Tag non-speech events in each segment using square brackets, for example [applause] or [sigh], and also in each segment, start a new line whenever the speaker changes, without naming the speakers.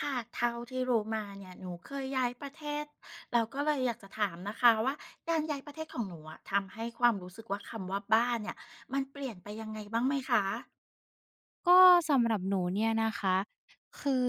ค่ะเท่าที่รู้มาเนี่ยหนูเคยย้ายประเทศเราก็เลยอยากจะถามนะคะว่าการย้ายประเทศของหนูอะทำให้ความรู้สึกว่าคำว่าบ้านเนี่ยมันเปลี่ยนไปยังไงบ้างไหมคะ
ก็สำหรับหนูเนี่ยนะคะคือ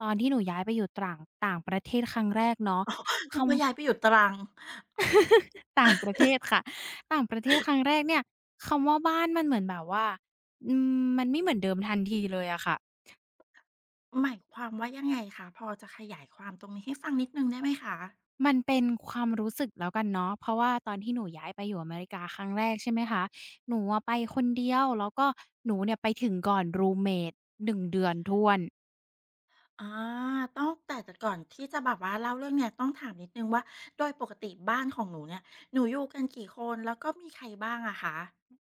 ตอนที่หนูย้ายไปอยู่ต่างต่างประเทศครั้งแรกเนาะค
นึกว่าย้ายไปอยู่ตรัง
ำต่างประเทศค่ะต่างประเทศครั้งแรกเนี่ยคำว่าบ้านมันเหมือนแบบว่าอืมันไม่เหมือนเดิมทันทีเลยอะค่ะ
หมายความว่ายังไงคะพอจะขยายความตรงนี้ให้ฟังนิดหนึ่งได้ไหมคะ
มันเป็นความรู้สึกแล้วกันเนาะเพราะว่าตอนที่หนูย้ายไปอยู่อเมริกาครั้งแรกใช่ไหมคะหนูอะไปคนเดียวแล้วก็หนูเนี่ยไปถึงก่อนรูมเมตหนึ่งเดือนถ้วน
อาต้องแต่ก่อนที่จะแบบว่าเล่าเรื่องเนี้ยต้องถามนิดหนึ่งว่าโดยปกติบ้านของหนูเนี่ยหนูอยู่กันกี่คนแล้วก็มีใครบ้างอะคะ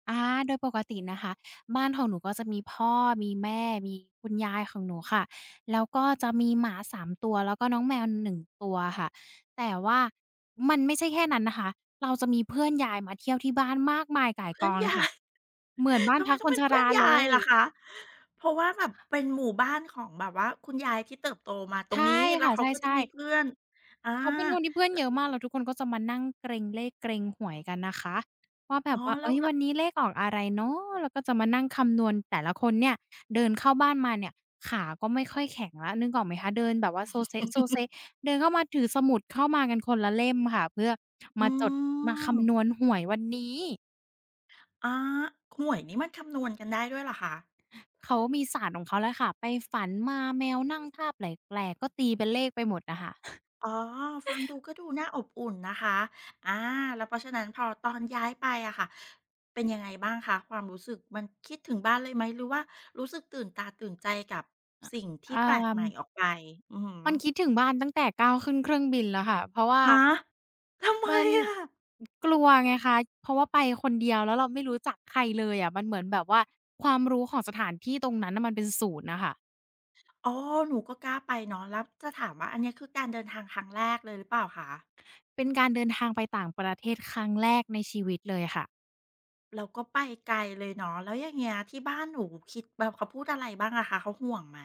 อาโดยปกตินะคะบ้านของหนูก็จะมีพ่อมีแม่มีคุณยายของหนูค่ะแล้วก็จะมีหมาสามตัวแล้วก็น้องแมวหนึ่งตัวค่ะแต่ว่ามันไม่ใช่แค่นั้นนะคะเราจะมีเพื่อนยายมาเที่ยวที่บ้านมากมายก่ายก
อั
อ
น
ง
ให
เลยค่ะ
ญ่
เหมือนบ้าน
ทำไม
พัก
ต้
ค
อง
น
เป็
ช
นเพื่อ
รา
นยา
เล
ย
ย
ล่ะคะเพราะว่าแบบเป็นหมู่บ้านของแบบว่าคุณยายที่เติบโตมาตรง
ใช่
นี้แล้ว
ค่ะใ
เขาก็จะ
ช่
มี
ๆ
เพื่อนอา
เขาเป็นคนที่เพื่อนเยอะมากแล้วทุกคนก็จะมานั่งเกร็งเลขเกร็งหวยกันนะคะว่าแบ
อ๋อ
บว่า
แล้
เฮ้
ว
ย
แล้
วั
ว
นนี้เลขออกอะไรเนาะแล้วก็จะมานั่งคำนวณแต่ละคนเนี่ยเดินเข้าบ้านมาเนี่ยขาก็ไม่ค่อยแข็งแล้วนึกออกไหมคะเดินแบบว่าโซเซะโซเซะเดินเข้ามาถือสมุดเข้ามากันคนละเล่มค่ะเพื่อมา
อื
จดมา
ม
คำนวณหวยวันนี้
อาหวยนี่มันคำนวณกันได้ด้วยเหรอคะ
เขามีศาสตร์ของเขาแล้วค่ะไปฝันมาแมวนั่งท่าแปลกๆก็ตีเป็นเลขไปหมดอะค่ะ
อ๋อฟังดูก็ดูน่าอบอุ่นนะคะอาแล้วเพราะฉะนั้นพอตอนย้ายไปอะค่ะ เป็นยังไงบ้างคะความรู้สึกมันคิดถึงบ้านเลยไหมหรือว่ารู้สึกตื่นตาตื่นใจกับสิ่งที่
อ่
แปลกใหม่อ
า
อกไปอือฮึ
มันคิดถึงบ้านตั้งแต่ก้าวขึ้นเครื่องบินแล้วค่ะเพราะว่า
ฮะทำไม
มัน
อะ
กลัวไงคะเพราะว่าไปคนเดียวแล้วเราไม่รู้จักใครเลยอะมันเหมือนแบบว่าความรู้ของสถานที่ตรงนั้นน่ะมันเป็นศูนย์น่ะค่ะ
อ๋อหนูก็กล้าไปเนาะแล้วจะถามว่าอันเนี้ยคือการเดินทางครั้งแรกเลยหรือเปล่าคะ
เป็นการเดินทางไปต่างประเทศครั้งแรกในชีวิตเลยค่ะ
แล้วก็ไปไกลเลยเนาะแล้วอย่างเงี้ยที่บ้านหนูคิดแบบเขาพูดอะไรบ้างอะคะเขาห่วงไหม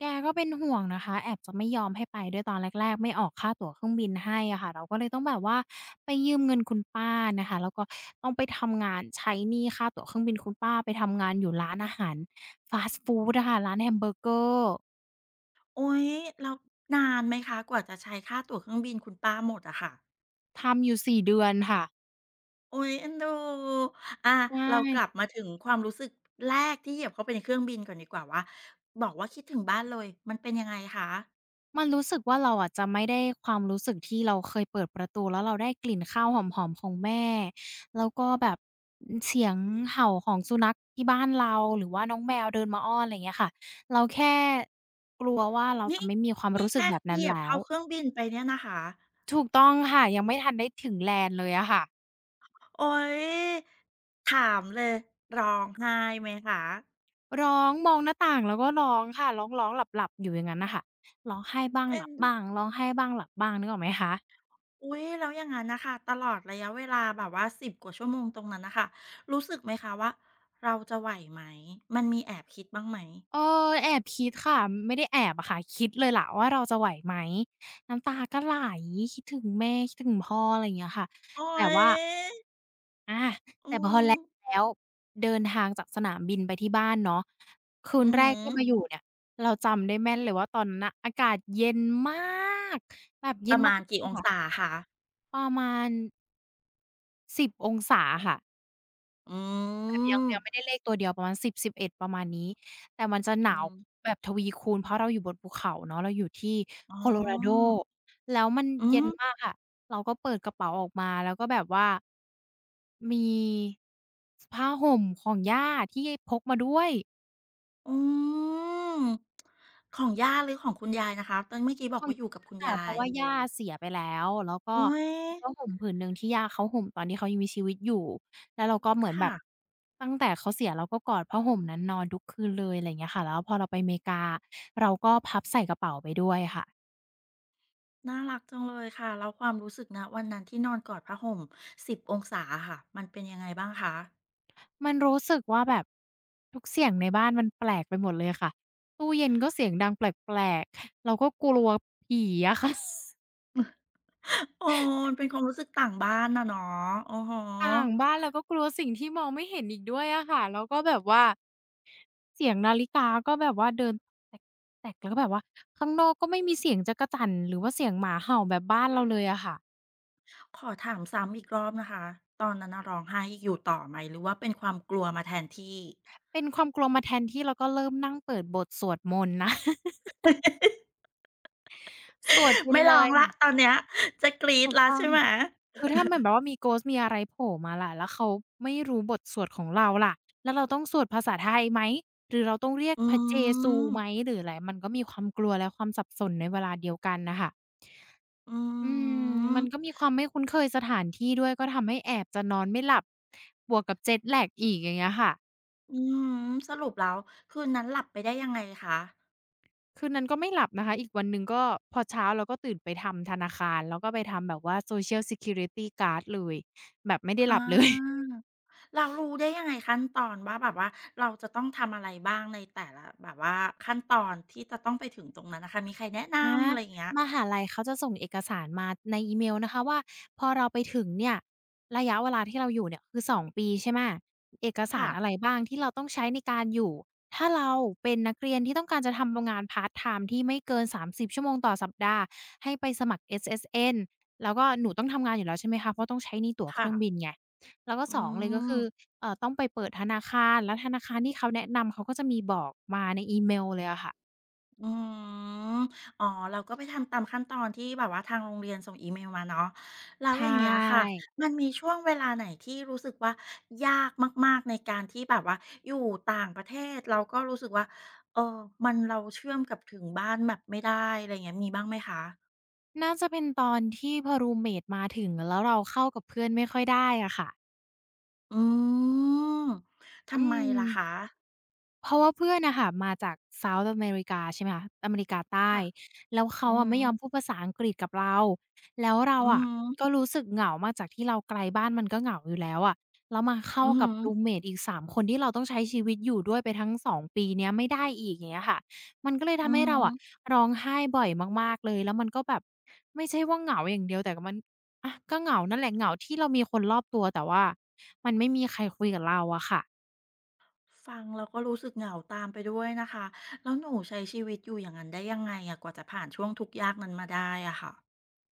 แกก็เป็นห่วงนะคะแอบจะไม่ยอมให้ไปด้วยตอนแรกๆไม่ออกค่าตั๋วเครื่องบินให้อะค่ะ เราก็เลยต้องแบบว่าไปยืมเงินคุณป้านะคะแล้วก็ต้องไปทำงานใช้หนี้ค่าตั๋วเครื่องบินคุณป้าไปทำงานอยู่ร้านอาหารฟาสต์ฟูดอะค่ะร้านแฮมเบอร์เกอร์
โอ๊ยแล้วนานไหมคะกว่าจะใช้ค่าตั๋วเครื่องบินคุณป้าหมดอะค่ะ
ทำอยู่สี่เดือนค่ะ
โอ๊ยเอ็นดูอา
ใช่
เรากลับมาถึงความรู้สึกแรกที่เหยียบเข้าไปในเครื่องบินก่อนดีกว่าว่าบอกว่าคิดถึงบ้านเลยมันเป็นยังไงคะ
มันรู้สึกว่าเราอะจะไม่ได้ความรู้สึกที่เราเคยเปิดประตูแล้วเราได้กลิ่นข้าวหอมๆของแม่แล้วก็แบบเสียงเห่าของสุนัขที่บ้านเราหรือว่าน้องแมวเดินมาอ้อนอะไรอย่างเงี้ยค่ะเราแค่กลัวว่าเราจะ
นี่
ไม่มีความ
นี่
รู้สึก
แค่
แบบ
เห
นั้น
ยียบ
แล้ว
เข้าเครื่องบินไปเนี่ยนะคะ
ถูกต้องค่ะยังไม่ทันได้ถึง land เลยอะค่ะ
โอ๊ยถามเลยร้องไห้ไหมคะ
ร้องมองหน้าต่างแล้วก็ร้องค่ะร้องๆหลับๆอยู่อย่างงั้นน่ะค่ะร้องไห้บ้างห
เอ็
ลั
น
บ
ดู
บ้างร้องไห้บ้างหลับบ้างนึกออกไหมคะ
อุ๊ยแล้วอย่างงั้นน่ะค่ะตลอดระยะเวลาแบบว่าสิบกว่าชั่วโมงตรงนั้นน่ะค่ะรู้สึกไหมคะว่าเราจะไหวไหมมันมีแอบคิดบ้างไหม
เออแอบคิดค่ะไม่ได้แอบอะค่ะคิดเลยล่ะว่าเราจะไหวไหมน้ำตาก็ไหลคิดถึงแม่คิดถึงพ่ออะไรอย่างเงี้ยค่ะ
โอ๊
แต่
ย
ว่าอา
อื
แต่พอแล
ม
แล้วเดินทางจากสนามบินไปที่บ้านเนาะคืน
อือ
แร
ฮึ
กที่มาอยู่เนี่ยเราจำได้แม่นเลยว่าตอนนั้นน่ะอากาศเย็นมากแบบเย็
ป
น
ระ
มา
มา
ก
ณกี่อ
ๆ
งศา
ค่ะ
คะ
ประมาณ10องศาค่ะ
อื
แบบยัง
ม
ยังไม่ได้เลขตัวเดียวประมาณ10-11ประมาณนี้แต่มันจะหนา
อื
ว
ม
แบบทวีคูณเพราะเราอยู่บนภูเขาเนาะเราอยู่ที่
อ๋
Colorado
อ
แล้วมัน
อื
เย็น
ม
มากค่ะเราก็เปิดกระเป๋าออกมาแล้วก็แบบว่ามีผ้าห่มของย่าที่พกมาด้วย
อืมของย่าหรือของคุณยายนะคะตอนเมื่อกี้บอ
ส่
ก
วน
ว่าอ
ม
ยู่กับ
าก
คุณ
ค่ะเพ
ยา
ราะ
ย
ว่าย่าเสียไปแล้วแล้วก็
โอ๊ย
มีผ้าห่มผืนหนึ่งที่ย่าเขาห่มตอนที่เขายังมีชีวิตอยู่แล้วเราก็เหมือนแบ
ค่ะ
บตั้งแต่เขาเสียเราก็กอดผ้าห่มนั้นนอนทุกคืนเลยอะไรอย่างเงี้ยค่ะแล้วพอเราไปอเมริกาเราก็พับใส่กระเป๋าไปด้วยค่ะ
น่ารักจังเลยค่ะแล้วความรู้สึกนะวันนั้นที่นอนกอดผ้าห่มสิบองศาอะค่ะมันเป็นยังไงบ้างคะ
มันรู้สึกว่าแบบทุกเสียงในบ้านมันแปลกไปหมดเลยค่ะตู้เย็นก็เสียงดังแปลกๆเราก็กลัวผีอะค่ะ [laughs]
เอ [laughs] อมันเป็นความรู้สึกต่างบ้านอะเนาะอือฮึ
ต่างบ้านเราก็กลัวสิ่งที่มองไม่เห็นอีกด้วยอะค่ะแล้วก็แบบว่า เสียงนาฬิกาก็แบบว่าเดินแตกแตกแล้วก็แบบว่าข้างนอกก็ไม่มีเสียงจั๊กจั่นหรือว่าเสียงหมาเห่าแบบบ้านเราเลยอะค่ะ
ขอถามซ้ำอีกรอบนะคะตอนนั้นน่ะร้องไห้อยู่ต่อไหมหรือว่าเป็นความกลัวมาแทนที่
เป็นความกลัวมาแทนที่แล้วก็เริ่มนั่งเปิดบทสวดมนต์นะ [laughs]
[laughs]
สวดไป
ไม่
เล
ร้องแล้ว
ย
ตอนเนี้ยจะกรี๊ด
ถูก
แล้ว
ต้อง
ใช่ไหม
ค่ะคือถ้ามันแบบว่ามี Ghost มีอะไรโผล่มาล่ะแล้วเขาไม่รู้บทสวดของเราล่ะแล้วเราต้องสวดภาษาไทยไหมหรือเราต้องเรียก
อื
พระเจซู
ม
ไหมหรืออะไรมันก็มีความกลัวและความสับสนในเวลาเดียวกันน่ะค่ะ
อื
อืมมันก็
ม
มีความไม่คุ้นเคยสถานที่ด้วยก็ทำให้แอบจะนอนไม่หลับบวกกับ Jet lag อีกอย่างเงี้ยค่ะ
อือฮึสรุปแล้วคืนนั้นหลับไปได้ยังไงคะ
คืนนั้นก็ไม่หลับนะคะอีกวันหนึ่งก็พอเช้าเราก็ตื่นไปทำธนาคารแล้วก็ไปทำแบบว่า Social Security Card เลยแบบไม่ได้ห
อา
ลับเลย
เรารู้ได้ยังไงขั้นตอนว่าแบบว่าเราจะต้องทำอะไรบ้างในแต่ละแบบว่าขั้นตอนที่จะต้องไปถึงตรงนั้นนะคะมีใครแนะ
อา
นำอะไรอย่างเงี้ย
มหาลัยเขาจะส่งเอกสารมาในอีเมลนะคะว่าพอเราไปถึงเนี่ยระยะเวลาที่เราอยู่เนี่ยคือ2ปีใช่ไหมเอกสาร
ค่ะ
อะไรบ้างที่เราต้องใช้ในการอยู่ถ้าเราเป็นนักเรียนที่ต้องการจะทำงานพาร์ตไทม์ที่ไม่เกิน30ชั่วโมงต่อสัปดาห์ให้ไปสมัคร SSN แล้วก็หนูต้องทำงานอยู่แล้วใช่ไหมคะเพราะต้องใช้ในตั๋วเค
ค่ะ
รื่องบินไงแล้วก็
อื
2เลยก็คือ
ม
ต้องไปเปิดธนาคารแล้วธนาคารที่เขาแนะนำเขาก็จะมีบอกมาในอีเมลเลยอะค่ะ
อืมอ๋อเราก็ไปทำตามขั้นตอนที่แบบว่าทางโรงเรียนส่งอีเมลมาเนาะแล้ว
ใช่
อย่างเงี้ยค่ะมันมีช่วงเวลาไหนที่รู้สึกว่ายากมากๆในการที่แบบว่าอยู่ต่างประเทศเราก็รู้สึกว่าเออมันเราเชื่อมกับถึงบ้านแบบไม่ได้อะไรอย่างเงี้ยมีบ้างไหมคะ
น่าจะเป็นตอนที่พอรูมเมตมาถึงแล้วเราเข้ากับเพื่อนไม่ค่อยได้อะค่ะ
อืม
อื
ทำไม
ม
ล่ะคะ
เพราะว่าเพื่อนน่ะค่ะมาจาก South อเมริกาใช่ไหมคะอเมริกาใต้
ค่ะ
แล้ว
อื
เขา
อฮึ
อะไม่ยอมพูดภาษาอังกฤษกับเราแล้วเรา
อือ
อะ
ฮึ
ก็รู้สึกเหงามากจากที่เราไกลบ้านมันก็เหงาอยู่แล้วอะแล้วมาเข้า
อือ
กั
ฮึ
บรูมเมตอีก3คนที่เราต้องใช้ชีวิตอยู่ด้วยไปทั้ง2ปีเนี้ยไม่ได้อีกอย่างเงี้ยค่ะมันก็เลย
อื
ทำให้เราอะ
ม
ร้องไห้บ่อยมากๆเลยแล้วมันก็แบบไม่ใช่ว่าเหงาอย่างเดียวแต่มันอะก็เหงานั่นแหละเหงาที่เรามีคนรอบตัวแต่ว่ามันไม่มีใครคุยกับเราอะค่ะ
ฟังแล้วก็รู้สึกเหงาตามไปด้วยนะคะแล้วหนูใช้ชีวิตอยู่อย่างนั้นได้ยังไงอะกว่าจะผ่านช่วงทุกข์ยากนั้นมาได้อะค่ะ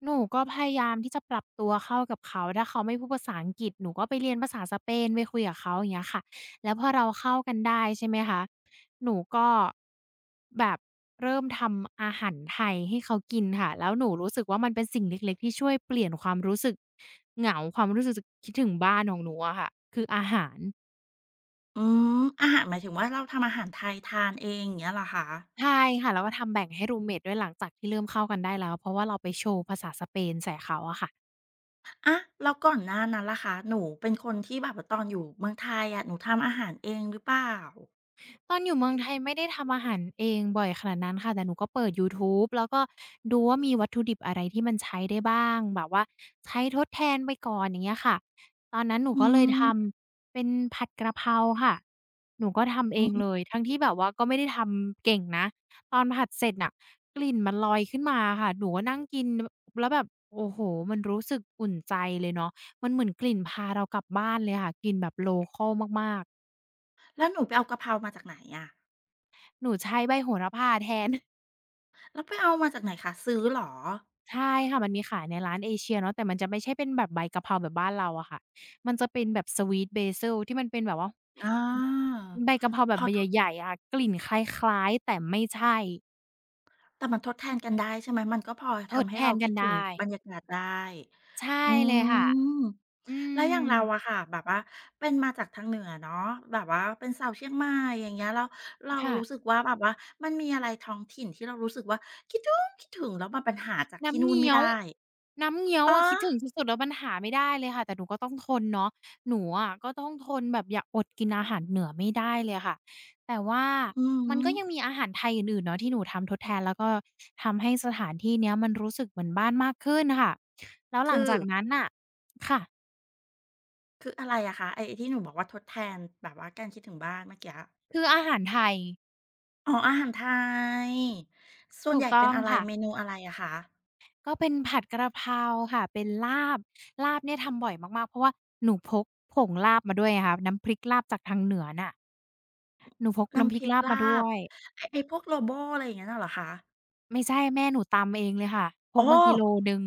หนูก็พยายามที่จะปรับตัวเข้ากับเขาถ้าเขาไม่พูดภาษาอังกฤษหนูก็ไปเรียนภาษาสเปนไปคุยกับเขาอย่างเงี้ยค่ะแล้วพอเราเข้ากันได้ใช่ไหมคะหนูก็แบบเริ่มทำอาหารไทยให้เขากินค่ะแล้วหนูรู้สึกว่ามันเป็นสิ่งเล็กๆที่ช่วยเปลี่ยนความรู้สึกเหงาความรู้สึกสึกคิดถึงบ้านของหนูอะค่ะคืออาหาร
อืมอาหารหมายถึงว่าเราทำอาหารไทยทานเองอย่างเงี้ยเหรอคะ
ใช่ค่ะแล้วก็ทำแบ่งให้รูมเมตด้วยหลังจากที่เริ่มเข้ากันได้แล้วเพราะว่าเราไปโชว์ภาษาสเปนใส่เขาอะค่ะ
อะแล้วก่อนหน้านั้นล่ะคะหนูเป็นคนที่แบบว่าตอนอยู่เมืองไทยอะหนูทำอาหารเองหรือเปล่า
ตอนอยู่เมืองไทยไม่ได้ทำอาหารเองบ่อยขนาดนั้นค่ะแต่หนูก็เปิดยูทูบแล้วก็ดูว่ามีวัตถุดิบอะไรที่มันใช้ได้บ้าง แบบว่าใช้ทดแทนไปก่อนอย่างเงี้ยค่ะตอนนั้นหนู
อื
ก็เลยท
ม
ำเป็นผัดกะเพราค่ะหนูก็ทำเอ
อื
งเลย
ม
ทั้งที่แบบว่าก็ไม่ได้ทำเก่งนะ ตอนผัดเสร็จน่ะกลิ่นมันลอยขึ้นมาค่ะหนูก็นั่งกินแล้วแบบโอ้โฮมันรู้สึกอุ่นใจเลยเนาะมันเหมือนกลิ่นพาเรากลับบ้านเลยค่ะกลิ่นแบบโลคัลมาก
แล้วหนูไปเอากะเพรามาจากไหนอะ
ๆหนูใช้ใบโหระพาแทน
แล้วไปเอามาจากไหนคะซื้อเหรอ
ใช่ค่ะมันมีขายในร้านเอเชียเนาะแต่มันจะไม่ใช่เป็นแบบใบกะเพราแบบบ้านเราอะค่ะมันจะเป็นแบบ Sweet Basil ที่มันเป็นแบบว่า
อา
ใบกะเพราแบ
พ
บ
อ
ใบ
ท
ใหญ่ๆอะค่ะกลิ่นคล้ายๆแต่ไม่ใช่
แต่มันทดแทนกันได้ใช่ไหมมันก็พอ
ทด
ทำให้
แท
เรา
นกั
คิ
น
ดถึง
ได้
บรรยากาศได้
ใช่
อื
เลยค่ะ
ม
อื
แล้ว
ม
อย่างเราอะค่ะแบบว่าเป็นมาจากทางเหนือเนาะแบบว่าเป็นสาวเชียงใหม่อย่างเงี้ยแล้วเรา
ค่ะ
รู้สึกว่าแบบว่ามันมีอะไรท้องถิ่นที่เรารู้สึกว่าคิดถึงแล้วมันหาจากที่
น้ำ
นู่น
เงี้
ไม่
ยว
ได้
น้ำเงี้ยว
อ๋อ
อะคิดถึงสุดๆแล้วมันหาไม่ได้เลยค่ะแต่หนูก็ต้องทนเนาะหนูอะก็ต้องทนแบบอย่าอดกินอาหารเหนือไม่ได้เลยค่ะแต่ว่า
อือ
มัน
ฮึ
ก็ยังมีอาหารไทยอื่นๆเนาะที่หนูทำทดแทนแล้วก็ทำให้สถานที่เนี้ยมันรู้สึกเหมือนบ้านมากขึ้นค่ะแล้วหลัง
คือ
จากนั้นน่ะค่ะ
คืออะไรอะคะไอ้ที่หนูบอกว่าทดแทนแบบว่าการคิดถึงบ้านเมื่อกี้
คืออาหารไทย
อ๋ออาหารไทยส่วน
ถู
ให
ก
ญ่
ต้
เป็
อ
น
ง
อะไร
ค่ะ
เมนูอะไรอะคะ
ก็เป็นผัดกะเพราค่ะเป็นลาบลาบเนี่ยทำบ่อยมากๆเพราะว่าหนูพกผงลาบมาด้วยไงคะน้ำพริกลาบจากทางเหนือน่ะ หนูพกน้ำพ
น้ำพ
ริก
ริก
ลาบมา
ลา
ด้ว
บ
ย
ไอ้พวกโลโบอะไรอย่างงั้นน่ะเหรอคะ
ไม่ใช่แม่หนูตำเองเลยค่ะพก
อ๋อ
มากิโลหนึ่ง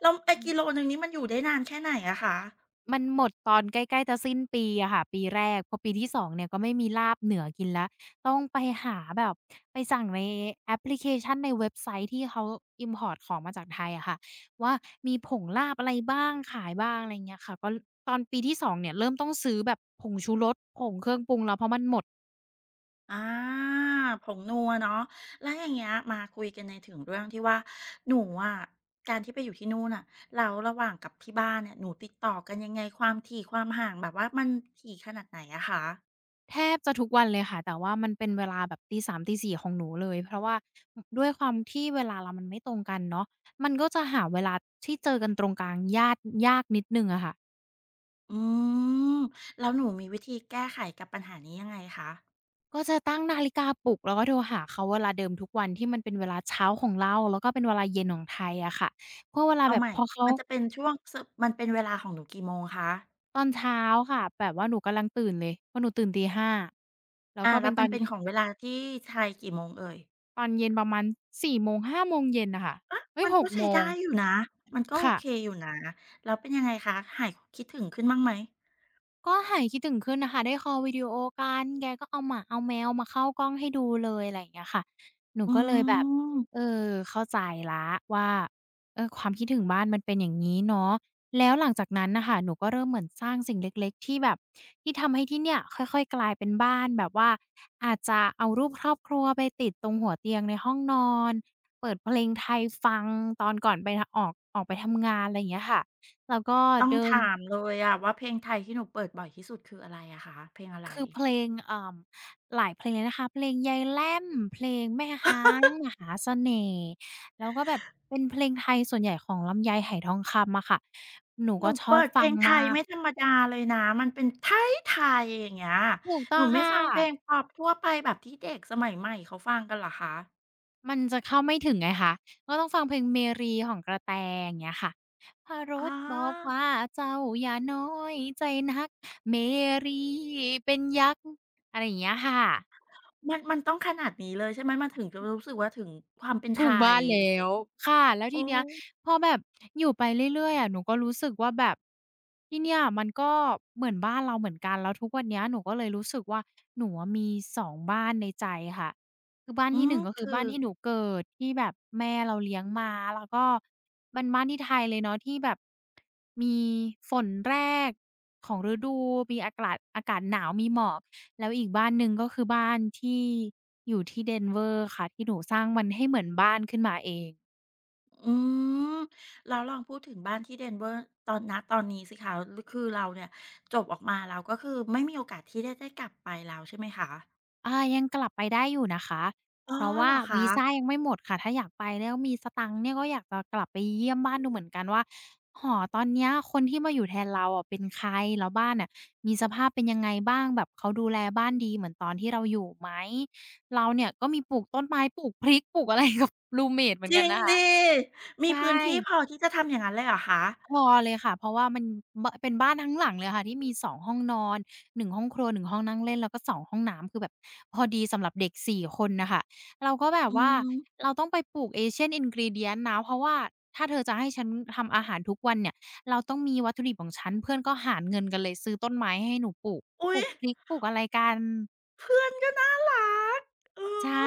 แล้วไอ้กิโลหนึ่งนี้มันอยู่ได้นานแค่ไหนอะคะ
มันหมดตอนใกล้ๆจะสิ้นปีอะค่ะปีแรกพอปีที่สองเนี่ยก็ไม่มีลาบเหนือกินแล้วต้องไปหาแบบไปสั่งในแอปพลิเคชันในเว็บไซต์ที่เขา import ของมาจากไทยอะค่ะว่ามีผงลาบอะไรบ้างขายบ้างอะไรอย่างเงี้ยค่ะก็ตอนปีที่สองเนี่ยเริ่มต้องซื้อแบบผงชูรสผงเครื่องปรุงแล้วเพราะมันหมด
อาผงนัวเนาะแล้วอย่างเงี้ยมาคุยกันในถึงเรื่องที่ว่าหนูอะการที่ไปอยู่ที่นู่นน่ะแล้วระหว่างกับที่บ้านเนี่ยหนูติดต่อกันยังไงความถี่ความห่างแบบว่ามันถี่ขนาดไหนอะคะ
แทบจะทุกวันเลยค่ะแต่ว่ามันเป็นเวลาแบบตี3ตี4ของหนูเลยเพราะว่าด้วยความที่เวลาเรามันไม่ตรงกันเนาะมันก็จะหาเวลาที่เจอกันตรงกลางยากนิดหนึ่งอะค่ะ
อืมแล้วหนูมีวิธีแก้ไขกับปัญหานี้ยังไงคะ
ก็จะตั้งนาฬิกาปลุกแล้วก็โทรหาเขาเวลาเดิมทุกวันที่มันเป็นเวลาเช้าของเราแล้วก็เป็นเวลาเย็นของไทยอะค่ะเพวกเวลา
เอา
แบบ
ใหม่
พอเขา
มันจะเป็นช่วงสมันเป็นเวลาของหนูกี่โมงคะ
ตอนเช้าค่ะแบบว่าหนูกำลังตื่นเลยเพราะหนูตื่นตีห้าแล้ว
อา
ก็เป็
แล้
น
วมันเป็นของเวลาที่ไทยกี่โมงเอ่ย
ตอนเย็นประมาณสี่โมงห้าโมงเย็นน่ะค่ะเฮ้ย
มัน
ห
ก็
กโม
ใช้
ง
ได้อยู่นะ มันก็โอ
ค่ะ
เคอยู่นะ แล้วเป็นยังไงคะ หายคิดถึงขึ้นบ้างไหม
ก็หายคิดถึงขึ้นน่ะค่ะได้คอลวิดีโอกันแกก็เอาหมาเอาแมวมาเข้ากล้องให้ดูเลยอะไรอย่างเงี้ยค่ะหนู
อื
ก็เลยแบบเอ
ม
อเข้าใจแล้วว่าเออความคิดถึงบ้านมันเป็นอย่างงี้เนาะแล้วหลังจากนั้นน่ะค่ะหนูก็เริ่มเหมือนสร้างสิ่งเล็กๆที่แบบที่ทำให้ที่เนี่ยค่อยๆกลายเป็นบ้านแบบว่า อาจจะเอารูปครอบครัวไปติดตรงหัวเตียงในห้องนอนเปิดเพลงไทยฟังตอนก่อนไปทออกออกไปทำงานอะไรอย่างเงี้ยค่ะแล้วก็
ต้อง
เดิน
ถามเลยอะว่าเพลงไทยที่หนูเปิดบ่อยที่สุดคืออะไรอะคะเพลงอะไร
คือเพลงหลายเพลงเลยนะคะเพลงยายแล่มเพลงแม่ฮ้า
[laughs]
งมหาเสน่ห์แล้วก็แบบเป็นเพลงไทยส่วนใหญ่ของลำไยไหทองคำอะค่ะหนู
หนู
ก็ชอบ
เปิดเพ
ฟั
ล
ง
งไทย
มาก
ไม่ธรรมดาเลยนะมันเป็นไทยๆอย่างเงี้ย
ถูกต้
ห
อ
นู
ง
ไม่
ค่ะ
ฟังเพลงพ็อปทั่วไปแบบที่เด็กสมัยใหม่เขาฟังกันเหรอคะ
มันจะเข้าไม่ถึงไงคะก็ต้องฟังเพลงเมรีของกระแตอย่างเงี้ยค่ะพร
อ๋อ
สบอกว่าเจ้าอย่าน้อยใจนักเมรีเป็นยักษ์อะไรอย่างเงี้ยค่ะ
มันต้องขนาดนี้เลยใช่ไหมมันถึงจะรู้สึกว่าถึงความเป็นไท
ถูงบ้า
ย
น
อ
แล้
ย่างงี้
วค่ะแล้ว
โอ้
ทีเนี้ยพอแบบอยู่ไปเรื่อยๆอะหนูก็รู้สึกว่าแบบที่เนี่ยมันก็เหมือนบ้านเราเหมือนกันแล้วทุกวันเนี้ยหนูก็เลยรู้สึกว่าหนูอะมีสองบ้านในใจค่ะคือบ้าน
อื
ที่ห
ม
นึ่งก็คือ
คื
บ้า
อ
นที่หนูเกิดที่แบบแม่เราเลี้ยงมาแล้วก็เป็นบ้านที่ไทยเลยเนาะที่แบบมีฝนแรกของฤดูมีอากาศหนาวมีหมอก แล้วอีกบ้านหนึ่งก็คือบ้านที่อยู่ที่ Denver ค่ะที่หนูสร้างมันให้เหมือนบ้านขึ้นมาเอง
อืมแล้วลองพูดถึงบ้านที่ Denver ตอนณตอนนี้สิคะลคือเราเนี่ยจบออกมาแล้วก็คือไม่มีโอกาสที่ได้ได้กลับไปแล้วใช่ไหมคะ
อายังกลับไปได้อยู่นะคะ
อ๋อ
เพราะ
เห
ว่า
รอคะ
วีซายังไม่หมดค่ะถ้าอยากไปแล้วมีสตังค์เนี่ยก็อยากจะกลับไปเยี่ยมบ้านดูเหมือนกันว่าหอตอนเนี้ยคนที่มาอยู่แทนเราอะเป็นใครแล้วบ้านน่ะมีสภาพเป็นยังไงบ้างแบบเขาดูแลบ้านดีเหมือนตอนที่เราอยู่ไหมเราเนี่ยก็มีปลูกต้นไม้ปลูกพริกปลูกอะไรกับ [laughs] รูมเมตเหมือ
จ
นกั
ริ
น
ง
นะคะ
ดิมีพื้
ใช่
นที่พอที่จะทำอย่างนั้นเลยเหรอคะ
พอเลยค่ะเพราะว่ามันเป็นบ้านทั้งหลังเลยค่ะที่มี2ห้องนอน1ห้องครัว1ห้องนั่งเล่นแล้วก็2ห้องน้ำคือแบบพอดีสำหรับเด็ก4คนน่ะค่ะเราก็แบบ
อื
ว่า
ม
เราต้องไปปลูก Asian ingredient นะเพราะว่าถ้าเธอจะให้ฉันทำอาหารทุกวันเนี่ยเราต้องมีวัตถุดิบของฉันเพื่อนก็หารเงินกันเลยซื้อต้นไม้ให้หนูปลูกป
อุ๊
ลู
ย
กพริกปลูกอะไรกัน
เพื่อนก็น่ารักเอ
ใช่
อ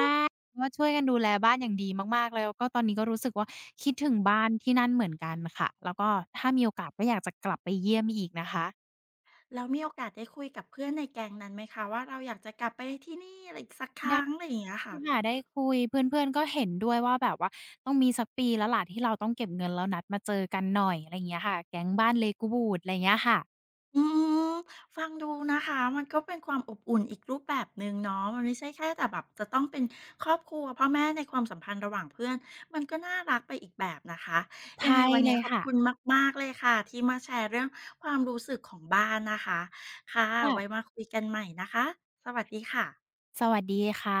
ว่าช่วยกันดูแลบ้านอย่างดีมากๆแล้วก็ตอนนี้ก็รู้สึกว่าคิดถึงบ้านที่นั่นเหมือนกันค่ะ แล้วก็ถ้ามีโอกาสก็อยากจะกลับไปเยี่ยมอีกนะคะ
แล้วมีโอกาสได้คุยกับเพื่อนในแก๊งนั้นไหมคะว่าเราอยากจะกลับไปที่นี่อะไรอีกสักค
ได้
รั้งอะไรอย่างเงี้ยค่ะ
ค่ะได้คุยเพื่อนๆก็เห็นด้วยว่าแบบว่าต้องมีสักปีแล้วล่ะที่เราต้องเก็บเงินแล้วนัดมาเจอกันหน่อยอะไรอย่างเงี้ยค่ะ แก๊งบ้านเลกูบูดอะไรอย่างเงี้ยค่ะ
อืมฟังดูนะคะมันก็เป็นความอบอุ่นอีกรูปแบบหนึ่งเนาะมันไม่ใช่แค่แต่แบบจะต้องเป็นครอบครัวพ่อแม่ในความสัมพันธ์ระหว่างเพื่อนมันก็น่ารักไปอีกแบบนะคะยังไง
ใช่
วัน
เล
เนี้ย
ย
ขอบ
ค่ะ
คุณมากๆเลยค่ะที่มาแชร์เรื่องความรู้สึกของบ้านนะคะค่ะ
ค่ะ
ไว้มาคุยกันใหม่นะคะสวัสดีค่ะ
สวัสดีค่ะ